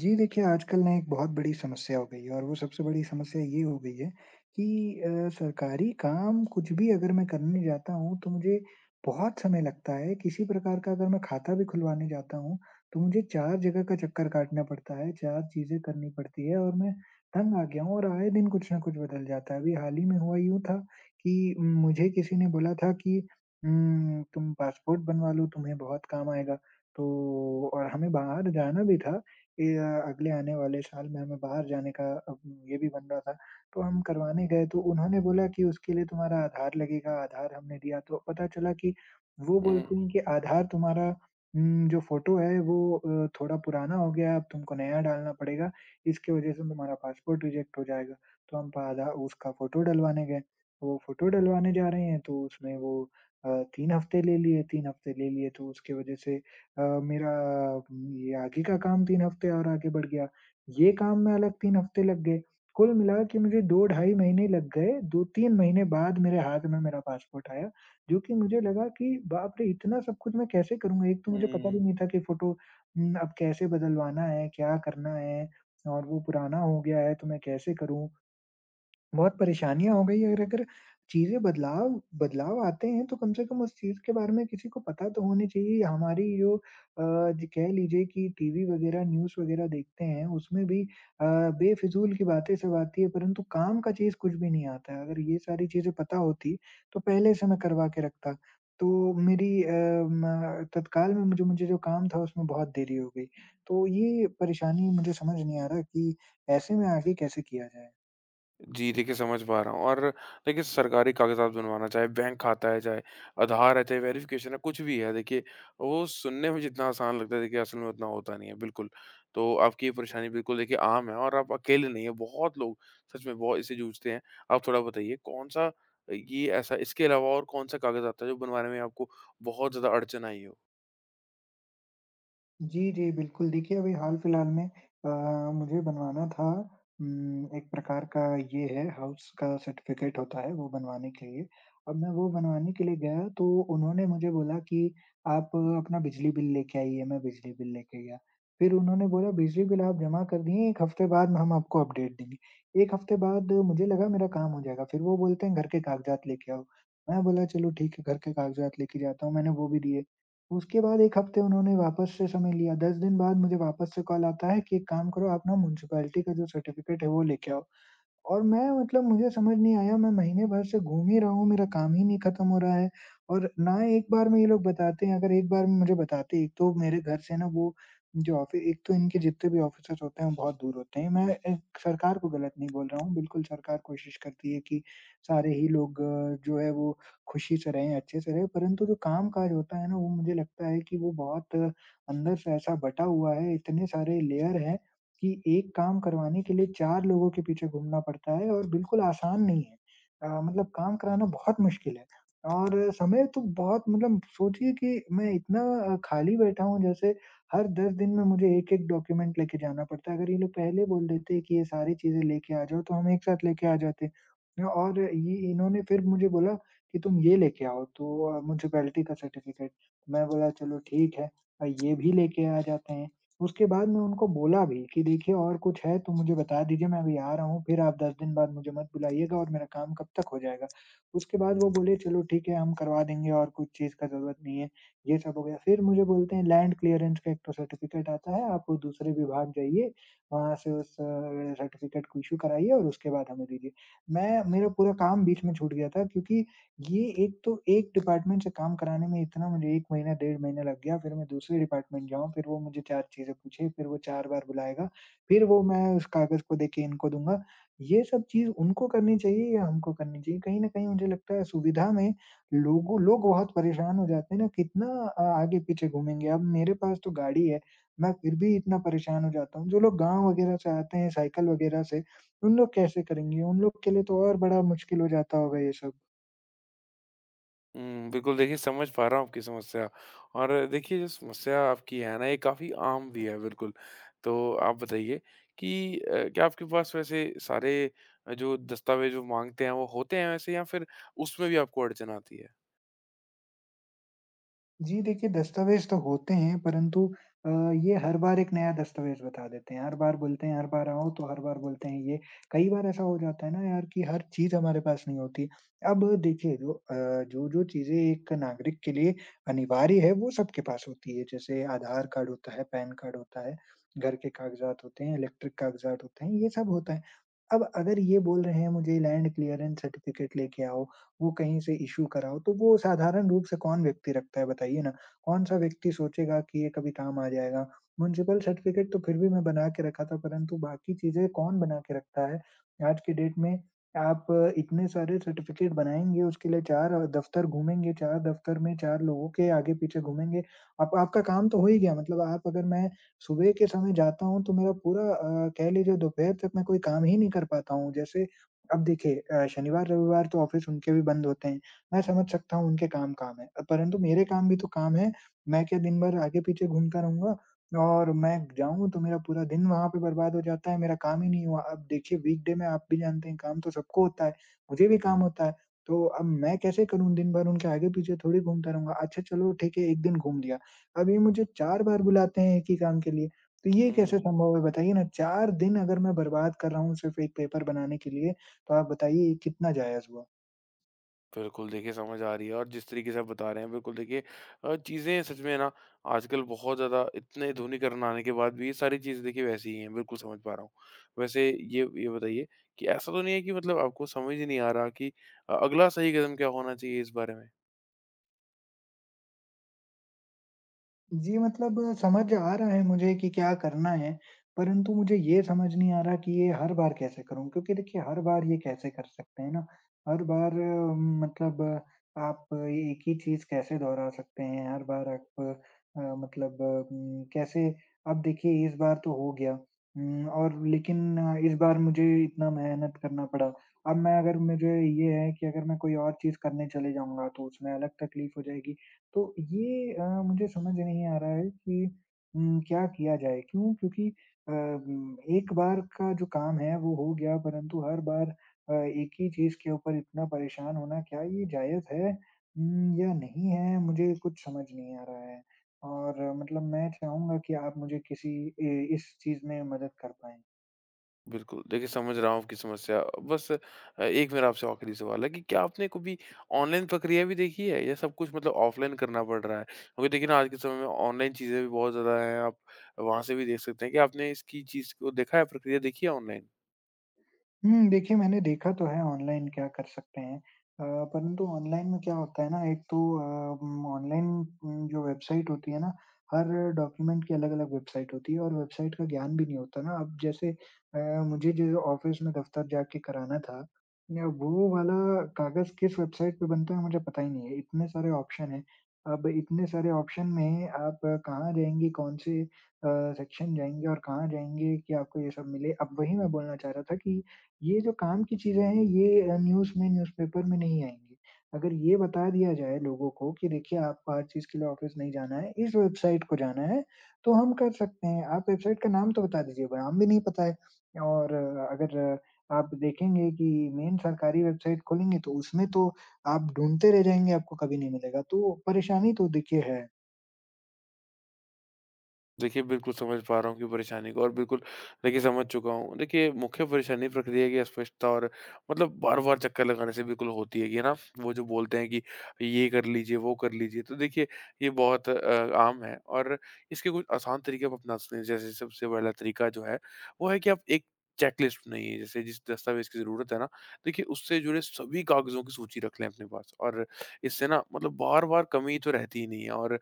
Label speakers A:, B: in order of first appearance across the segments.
A: जी, देखिए आजकल ना एक बहुत बड़ी समस्या हो गई है और वो सबसे बड़ी समस्या ये हो गई है कि सरकारी काम कुछ भी अगर मैं करने जाता हूँ, तो मुझे बहुत समय लगता है। किसी प्रकार का अगर मैं खाता भी खुलवाने जाता हूँ, तो मुझे 4 जगह का चक्कर काटना पड़ता है, 4 चीज़ें करनी पड़ती है और मैं तंग आ गया हूँ और आए दिन कुछ न कुछ बदल जाता है। अभी हाल ही में हुआ यूँ था कि मुझे किसी ने बोला था कि "तुम पासपोर्ट बनवा लो, तुम्हें बहुत काम आएगा।" तो और हमें बाहर जाना भी था, ये अगले आने वाले साल में हमें बाहर जाने का अब ये भी बन रहा था, तो हम करवाने गए तो उन्होंने बोला कि उसके लिए तुम्हारा आधार लगेगा, आधार हमने दिया तो पता चला कि वो
B: हुँ,
A: बोलते हैं कि आधार तुम्हारा जो फ़ोटो है वो थोड़ा पुराना हो गया है, अब तुमको नया डालना पड़ेगा, इसकी वजह से तुम्हारा पासपोर्ट रिजेक्ट हो जाएगा। तो हम आधा उसका फ़ोटो डलवाने गए, वो फ़ोटो डलवाने जा रहे हैं तो उसमें वो अ, 3 हफ्ते ले लिए 3 हफ्ते ले लिए। तो उसकी वजह से मेरा ये आगे का काम 3 हफ्ते और आगे बढ़ गया, ये काम में अलग 3 हफ्ते लग गए। कुल मिला के मुझे 2 ढाई महीने लग गए, 2-3 महीने बाद मेरे हाथ में मेरा पासपोर्ट आया, जो कि मुझे लगा कि बाप रे! इतना सब कुछ मैं कैसे करूँगा? एक तो मुझे पता भी
B: हुँ।
A: नहीं था कि फ़ोटो अब कैसे बदलवाना है, क्या करना है और वो पुराना हो गया है तो मैं कैसे करूँ? बहुत परेशानियाँ हो गई और अगर चीज़ें बदलाव बदलाव आते हैं तो कम से कम उस चीज़ के बारे में किसी को पता तो होनी चाहिए। हमारी जो ज कह लीजिए कि टीवी वगैरह न्यूज़ वगैरह देखते हैं उसमें भी बेफ़िज़ूल की बातें सब आती है परंतु काम का चीज़ कुछ भी नहीं आता है। अगर ये सारी चीज़ें पता होती तो पहले से मैं करवा के रखता। तो मेरी म तत्काल में जो मुझे जो काम था उसमें बहुत देरी हो गई। तो ये परेशानी मुझे समझ नहीं आ रहा कि ऐसे में आगे कैसे किया जाए?
B: जी, देखिए समझ पा रहा हूँ और देखिए सरकारी कागज़ात बनवाना, चाहे बैंक खाता है, चाहे आधार है, चाहे वेरिफ़िकेशन है, कुछ भी है देखिए, वो सुनने में जितना आसान लगता है देखिए असल में उतना होता नहीं है, बिल्कुल। तो आपकी ये परेशानी बिल्कुल देखिए आम है और आप अकेले नहीं हैं, बहुत लोग सच में बहुत इससे जूझते हैं। आप थोड़ा बताइए कौन-सा ये ऐसा इसके अलावा और कौन-सा कागज़ आता है जो बनवाने में आपको बहुत ज़्यादा अड़चन आई हो?
A: जी, जी, बिल्कुल। देखिए, अभी हाल-फिलहाल में अ, मुझे बनवाना था एक प्रकार का ये है हाउस का सर्टिफ़िकेट होता है, वो बनवाने के लिए। अब मैं वो बनवाने के लिए गया तो उन्होंने मुझे बोला कि आप अपना बिजली बिल लेके आइए, मैं बिजली बिल लेके गया। फिर उन्होंने बोला बिजली बिल आप जमा कर दिए, 1 हफ्ते बाद हम आपको अपडेट देंगे। 1 हफ्ते बाद मुझे लगा मेरा काम हो जाएगा, फिर वो बोलते हैं घर के कागज़ात लेके आओ। मैं बोला चलो ठीक है, घर के कागज़ात लेके जाता हूँ, मैंने वो भी दिए। उसके बाद 1 हफ्ते उन्होंने वापस से समय लिया, 10 दिन बाद मुझे वापस से कॉल आता है कि एक काम करो आप ना म्युनिसिपैलिटी का जो सर्टिफिकेट है वो लेके आओ। और मैं मतलब मुझे समझ नहीं आया, मैं महीने भर से घूम ही रहा हूँ, मेरा काम ही नहीं खत्म हो रहा है और ना एक बार में ये लोग बताते हैं, अगर एक बार में मुझे बताते, एक तो मेरे घर से ना वो जो ऑफि एक तो इनके जितने भी ऑफ़िसेज़ होते हैं, वो बहुत दूर होते हैं। मैं एक सरकार को गलत नहीं बोल रहा हूँ, बिल्कुल सरकार कोशिश करती है कि सारे ही लोग जो है वो खुशी से रहें, अच्छे से रहें, परंतु जो काम-काज होता है ना, वो मुझे लगता है कि वो बहुत अंदर से ऐसा बँटा हुआ है, इतने सारे लेयर हैं कि एक काम करवाने के लिए 4 लोगों के पीछे घूमना पड़ता है और बिल्कुल आसान नहीं है। मतलब काम कराना बहुत मुश्किल है और समय तो बहुत मतलब सोचिए कि मैं इतना खाली बैठा हूँ जैसे हर 10 दिन में मुझे एक-एक डॉक्यूमेंट लेके जाना पड़ता है। अगर ये लोग पहले बोल देते कि ये सारी चीज़ें लेके आ जाओ तो हम एक साथ लेके आ जाते और ये इन्होंने फिर मुझे बोला कि तुम ये लेके आओ तो म्युनिसिपैलिटी का सर्टिफिकेट। मैं बोला चलो ठीक है ये भी लेके आ जाते हैं। उसके बाद मैं उनको बोला भी कि देखिए और कुछ है तो मुझे बता दीजिए, मैं अभी आ रहा हूँ, फिर आप 10 दिन बाद मुझे मत बुलाइएगा और मेरा काम कब तक हो जाएगा? उसके बाद वो बोले चलो ठीक है हम करवा देंगे और कुछ चीज़ का ज़रूरत नहीं है, ये सब हो गया। फिर मुझे बोलते हैं लैंड क्लीयरेंस का एक तो सर्टिफिकेट आता है, आप वो दूसरे विभाग जाइए, वहाँ से उस सर्टिफिकेट को इश्यू कराइए और उसके बाद हमें दीजिए। मैं मेरा पूरा काम बीच में छूट गया था क्योंकि ये एक तो एक डिपार्टमेंट से काम कराने में इतना मुझे 1 महीना, डेढ़ महीना लग गया, फिर मैं दूसरे डिपार्टमेंट जाऊँ, फिर वो मुझे 4 चीज़ें पूछे, फिर वो 4 बार बुलाएगा, फिर वो मैं उस कागज़ को देके इनको दूँगा। ये सब चीज़ उनको करनी चाहिए या हमको करनी चाहिए? कहीं न कहीं मुझे लगता है सुविधा में लोग बहुत परेशान हो जाते हैं ना, कितना आगे-पीछे घूमेंगे। अब मेरे पास तो गाड़ी है, मैं फिर भी इतना परेशान हो जाता हूँ। जो लोग गाँव वगैरह से आते हैं साइकिल वगैरह से, उन लोग कैसे करेंगे? उन लोग के लिए तो और बड़ा मुश्किल हो जाता होगा ये सब।
B: हुँ, बिल्कुल देखिए समझ पा रहा हूँ आपकी समस्या और देखिए जो समस्या आपकी है ना ये काफ़ी आम भी है बिल्कुल। तो आप बताइए कि क्या आपके पास वैसे सारे जो दस्तावेज़ वो माँगते हैं वो होते हैं वैसे या फिर उसमें भी आपको अड़चन आती है?
A: जी, देखिए दस्तावेज़ तो होते हैं परंतु अ, ये हर बार एक नया दस्तावेज़ बता देते हैं। हर बार बोलते हैं हर बार आओ तो हर बार बोलते हैं ये। कई बार ऐसा हो जाता है ना यार कि हर चीज़ हमारे पास नहीं होती। अब देखिए जो जो-जो चीज़ें एक नागरिक के लिए अनिवार्य है वो सबके पास होती है। जैसे आधार कार्ड होता है, पैन कार्ड होता है, घर के कागज़ात होते हैं, इलेक्ट्रिक कागज़ात होते हैं, ये सब होता है। अब अगर ये बोल रहे हैं मुझे लैंड क्लीयरेंस सर्टिफिकेट लेके आओ वो कहीं से इश्यू कराओ, तो वो साधारण रूप से कौन व्यक्ति रखता है बताइए ना? कौन-सा व्यक्ति सोचेगा कि ये कभी काम आ जाएगा? म्युनिसिपल सर्टिफ़िकेट तो फिर भी मैं बना के रखा था, परंतु बाकी चीज़ें कौन बना के रखता है? आज की डेट में आप इतने सारे सर्टिफ़िकेट बनाएँगे, उसके लिए 4 दफ़्तर घूमेंगे, 4 दफ़्तर में 4 लोगों के आगे-पीछे घूमेंगे। आप आपका काम तो हो ही गया, मतलब आप अगर मैं सुबह के समय जाता हूँ, तो मेरा पूरा कह लीजिए दोपहर तक मैं कोई काम ही नहीं कर पाता हूँ। जैसे अब देखिए शनिवार रविवार तो ऑफ़िस उनके भी बंद होते हैं। मैं समझ सकता हूँ उनके काम काम है, परंतु मेरे काम भी तो काम है। मैं क्या दिन भर आगे पीछे घूमता रहूँगा? और मैं जाऊँ तो मेरा पूरा दिन वहाँ पे बर्बाद हो जाता है, मेरा काम ही नहीं हुआ। अब देखिए वीकडे में आप भी जानते हैं काम तो सबको होता है, मुझे भी काम होता है। तो अब मैं कैसे करूँ दिन भर उनके आगे पीछे थोड़ी घूमता रहूँगा। अच्छा चलो ठीक है 1 दिन घूम लिया, अब ये मुझे 4 बार बुलाते हैं एक ही काम के लिए, तो ये कैसे
B: हुँ।
A: संभव है बताइए ना? 4 दिन अगर मैं बर्बाद कर रहा हूँ सिर्फ़ एक पेपर बनाने के लिए, तो आप बताइए ये कितना जायज़ हुआ?
B: बिल्कुल, देखिए समझ आ रही है और जिस तरीके से आप बता रहे हैं बिल्कुल देखिए चीज़ें सच में ना आजकल बहुत ज़्यादा इतने आधुनिकरण आने के बाद भी ये सारी चीज़ें देखिए वैसी ही हैं, बिल्कुल समझ पा रहा हूँ। वैसे ये बताइए कि ऐसा तो नहीं है कि मतलब आपको समझ ही नहीं आ रहा कि अगला सही कदम क्या होना चाहिए इस बारे में?
A: जी, मतलब समझ आ रहा है मुझे कि क्या करना है, परंतु मुझे ये समझ नहीं आ रहा कि ये हर बार कैसे करूँ? क्योंकि देखिए हर बार ये कैसे कर सकते हैं ना, हर बार मतलब आप ये एक ही चीज़ कैसे दोहरा सकते हैं? हर बार आप मतलब कैसे अब देखिए इस बार तो हो गया और लेकिन इस बार मुझे इतना मेहनत करना पड़ा। अब मैं अगर मुझे ये है कि अगर मैं कोई और चीज़ करने चले जाऊँगा तो उसमें अलग तकलीफ़ हो जाएगी। तो ये मुझे समझ नहीं आ रहा है कि क्या किया जाए? क्यों? क्योंकि एक बार का जो काम है वो हो गया परंतु हर बार एक ही चीज़ के ऊपर इतना परेशान होना क्या ये जायज़ है या नहीं है? मुझे कुछ समझ नहीं आ रहा है। और मतलब मैं चाहूँगा कि आप मुझे किसी ए इस चीज़ में मदद कर पाएँ।
B: बिल्कुल, देखिए समझ रहा हूँ आपकी समस्या। बस एक मेरा आपसे आखिरी सवाल है कि क्या आपने कभी ऑनलाइन प्रक्रिया भी देखी है या सब कुछ मतलब ऑफ़लाइन करना पड़ रहा है? क्योंकि देखिए ना आज के समय में ऑनलाइन चीज़ें भी बहुत ज़्यादा हैं, आप वहाँ से भी देख सकते हैं। क्या आपने इसकी चीज़ को देखा है, प्रक्रिया देखी है ऑनलाइन?
A: हुँ, देखिए मैंने देखा तो है ऑनलाइन क्या कर सकते हैं। परंतु ऑनलाइन में क्या होता है ना एक तो ऑनलाइन जो वेबसाइट होती है ना, हर डॉक्यूमेंट की अलग-अलग वेबसाइट होती है और वेबसाइट का ज्ञान भी नहीं होता ना। अब जैसे अ, मुझे जो ऑफ़िस में दफ़्तर जाके कराना था, न वो वाला कागज़ किस वेबसाइट पे बनता है मुझे पता ही नहीं है। इतने सारे ऑप्शन हैं, अब इतने सारे ऑप्शन में आप कहाँ जाएँगे, कौन से अ, सेक्शन जाएँगे और कहाँ जाएँगे कि आपको ये सब मिले। अब वही मैं बोलना चाह रहा था कि ये जो काम की चीज़ें हैं ये न्यूज़ में न्यूज़पेपर में नहीं आएँगी। अगर ये बता दिया जाए लोगों को कि देखिए आपको हर चीज़ के लिए ऑफ़िस नहीं जाना है, इस वेबसाइट को जाना है, तो हम कर सकते हैं। आप वेबसाइट का नाम तो बता दीजिए, नाम भी नहीं पता है और अ, अगर अ, आप देखेंगे कि मेन सरकारी वेबसाइट खोलेंगे तो उसमें तो आप ढूँढते रह जाएँगे, आपको कभी नहीं मिलेगा। तो परेशानी तो देखिए है।
B: देखिए, बिल्कुल समझ पा रहा हूँ आपकी परेशानी को और बिल्कुल देखिए समझ चुका हूँ। देखिए, मुख्य परेशानी प्रक्रिया की अस्पष्टता और मतलब बार-बार चक्कर लगाने से बिल्कुल होती है कि है ना, वो जो बोलते हैं कि ये कर लीजिए, वो कर लीजिए। तो देखिए, ये बहुत आम है और इसके कुछ आसान तरीके आप अपना सकते हैं। जैसे सबसे पहला तरीका जो है, वो है कि आप एक चेकलिस्ट बनाइए। जैसे जिस दस्तावेज़ की ज़रूरत है ना, देखिए उससे जुड़े सभी कागज़ों की सूची रख लें अपने पास और इससे ना मतलब बार-बार कमी तो रहती ही नहीं है और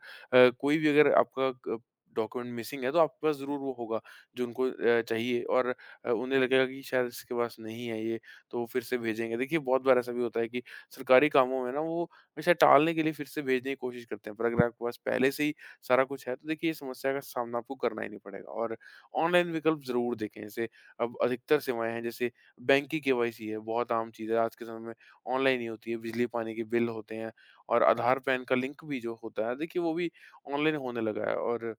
B: कोई भी अगर आपका क डॉक्यूमेंट मिसिंग है तो आपके पास ज़रूर वो होगा जो उनको चाहिए और उन्हें लगेगा कि शायद इसके पास नहीं है, ये तो वो फिर से भेजेंगे। देखिए बहुत बार ऐसा भी होता है कि सरकारी कामों में ना वो हमेशा टालने के लिए फिर से भेजने की कोशिश करते हैं, पर अगर आपके पास पहले से ही सारा कुछ है तो देखिए ये समस्या का सामना आपको करना ही नहीं पड़ेगा। और ऑनलाइन विकल्प ज़रूर देखें। जैसे अब अधिकतर सेवाएँ हैं, जैसे बैंक की केवाईसी है, बहुत आम चीज़ है आज के समय में, ऑनलाइन ही होती है, बिजली पानी के बिल होते हैं और आधार पैन का लिंक भी जो होता है देखिए वो भी ऑनलाइन होने लगा है। और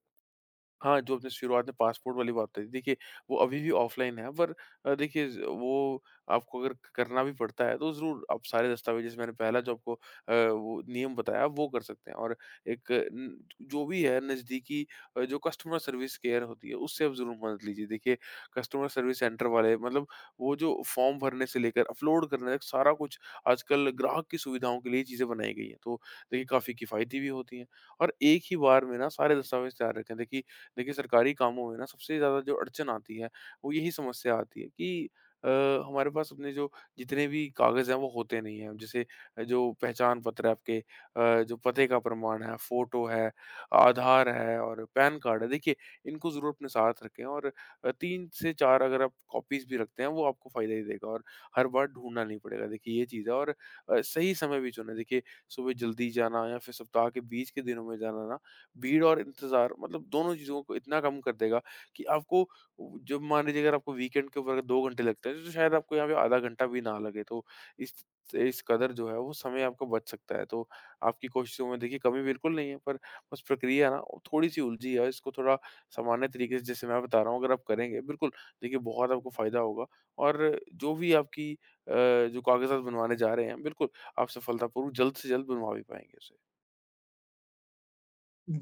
B: हाँ, जो आपने शुरुआत में पासपोर्ट वाली बात बताई, देखिए वो अभी भी ऑफ़लाइन है, पर देखिए ज़ वो आपको अगर करना भी पड़ता है तो ज़रूर आप सारे दस्तावेज़ जैसे मैंने पहला जो आपको वो नियम बताया वो कर सकते हैं। और एक न जो भी है नज़दीकी जो कस्टमर सर्विस केयर होती है उससे आप ज़रूर मदद लीजिए। देखिए कस्टमर सर्विस सेंटर वाले मतलब वो जो फ़ॉर्म भरने से लेकर अपलोड करने तक सारा कुछ आजकल ग्राहक की सुविधाओं के लिए ही चीज़ें बनाई गई हैं। तो देखिए काफ़ी किफ़ायती भी होती हैं, और एक ही बार में ना सारे दस्तावेज़ तैयार रखें। देखिए देखिए सरकारी कामों में ना सबसे ज़्यादा जो अड़चन आती है वो यही समस्या आती है कि अ, हमारे पास अपने जो जितने भी कागज़ हैं वो होते नहीं हैं। जैसे जो पहचान पत्र है आपके, जो पते का प्रमाण है, फ़ोटो है, आधार है और पैन कार्ड है। देखिए इनको ज़रूर अपने साथ रखें, और 3 से 4 अगर आप कॉपीज़ भी रखते हैं वो आपको फ़ायदा ही देगा और हर बार ढूँढना नहीं पड़ेगा। देखिए ये चीज़ है, और सही समय भी चुनें। देखिए सुबह जल्दी जाना या फिर सप्ताह के बीच के दिनों में जाना ना भीड़ और इंतज़ार, मतलब दोनों चीज़ों को इतना कम कर देगा कि आपको, जब मान लीजिए अगर आपको वीकेंड के ऊपर अगर 2 घंटे लगते हैं, तो शायद आपको यहाँ पे आधा घंटा भी ना लगे। तो इस इस कदर जो है वो समय आपका बच सकता है। तो आपकी कोशिशों में देखिए कमी बिल्कुल नहीं है, पर बस प्रक्रिया ना वो थोड़ी-सी उलझी है। और इसको थोड़ा सामान्य तरीके से जैसे मैं बता रहा हूँ अगर आप करेंगे, बिल्कुल देखिए बहुत आपको फ़ायदा होगा, और जो भी आपकी अ, जो कागज़ात बनवाने जा रहे हैं बिल्कुल आप सफलतापूर्वक जल्द से जल्द बनवा भी पाएँगे उसे।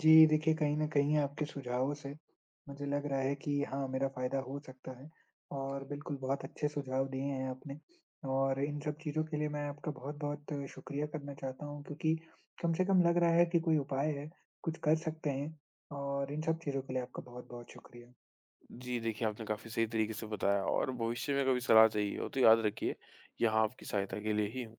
A: जी, देखिए कहीं न कहीं आपके सुझावों से मुझे लग रहा है कि हाँ, मेरा फ़ायदा हो सकता है और बिल्कुल बहुत अच्छे सुझाव दिए हैं आपने और इन सब चीज़ों के लिए मैं आपका बहुत-बहुत शुक्रिया करना चाहता हूँ क्योंकि कम से कम लग रहा है कि कोई उपाय है, कुछ कर सकते हैं और इन सब चीज़ों के लिए आपका बहुत-बहुत शुक्रिया।
B: जी, देखिए आपने काफ़ी सही तरीके से बताया, और भविष्य में कभी सलाह चाहिए हो तो याद रखिए, यहाँ आपकी सहायता के लिए ही हूँ।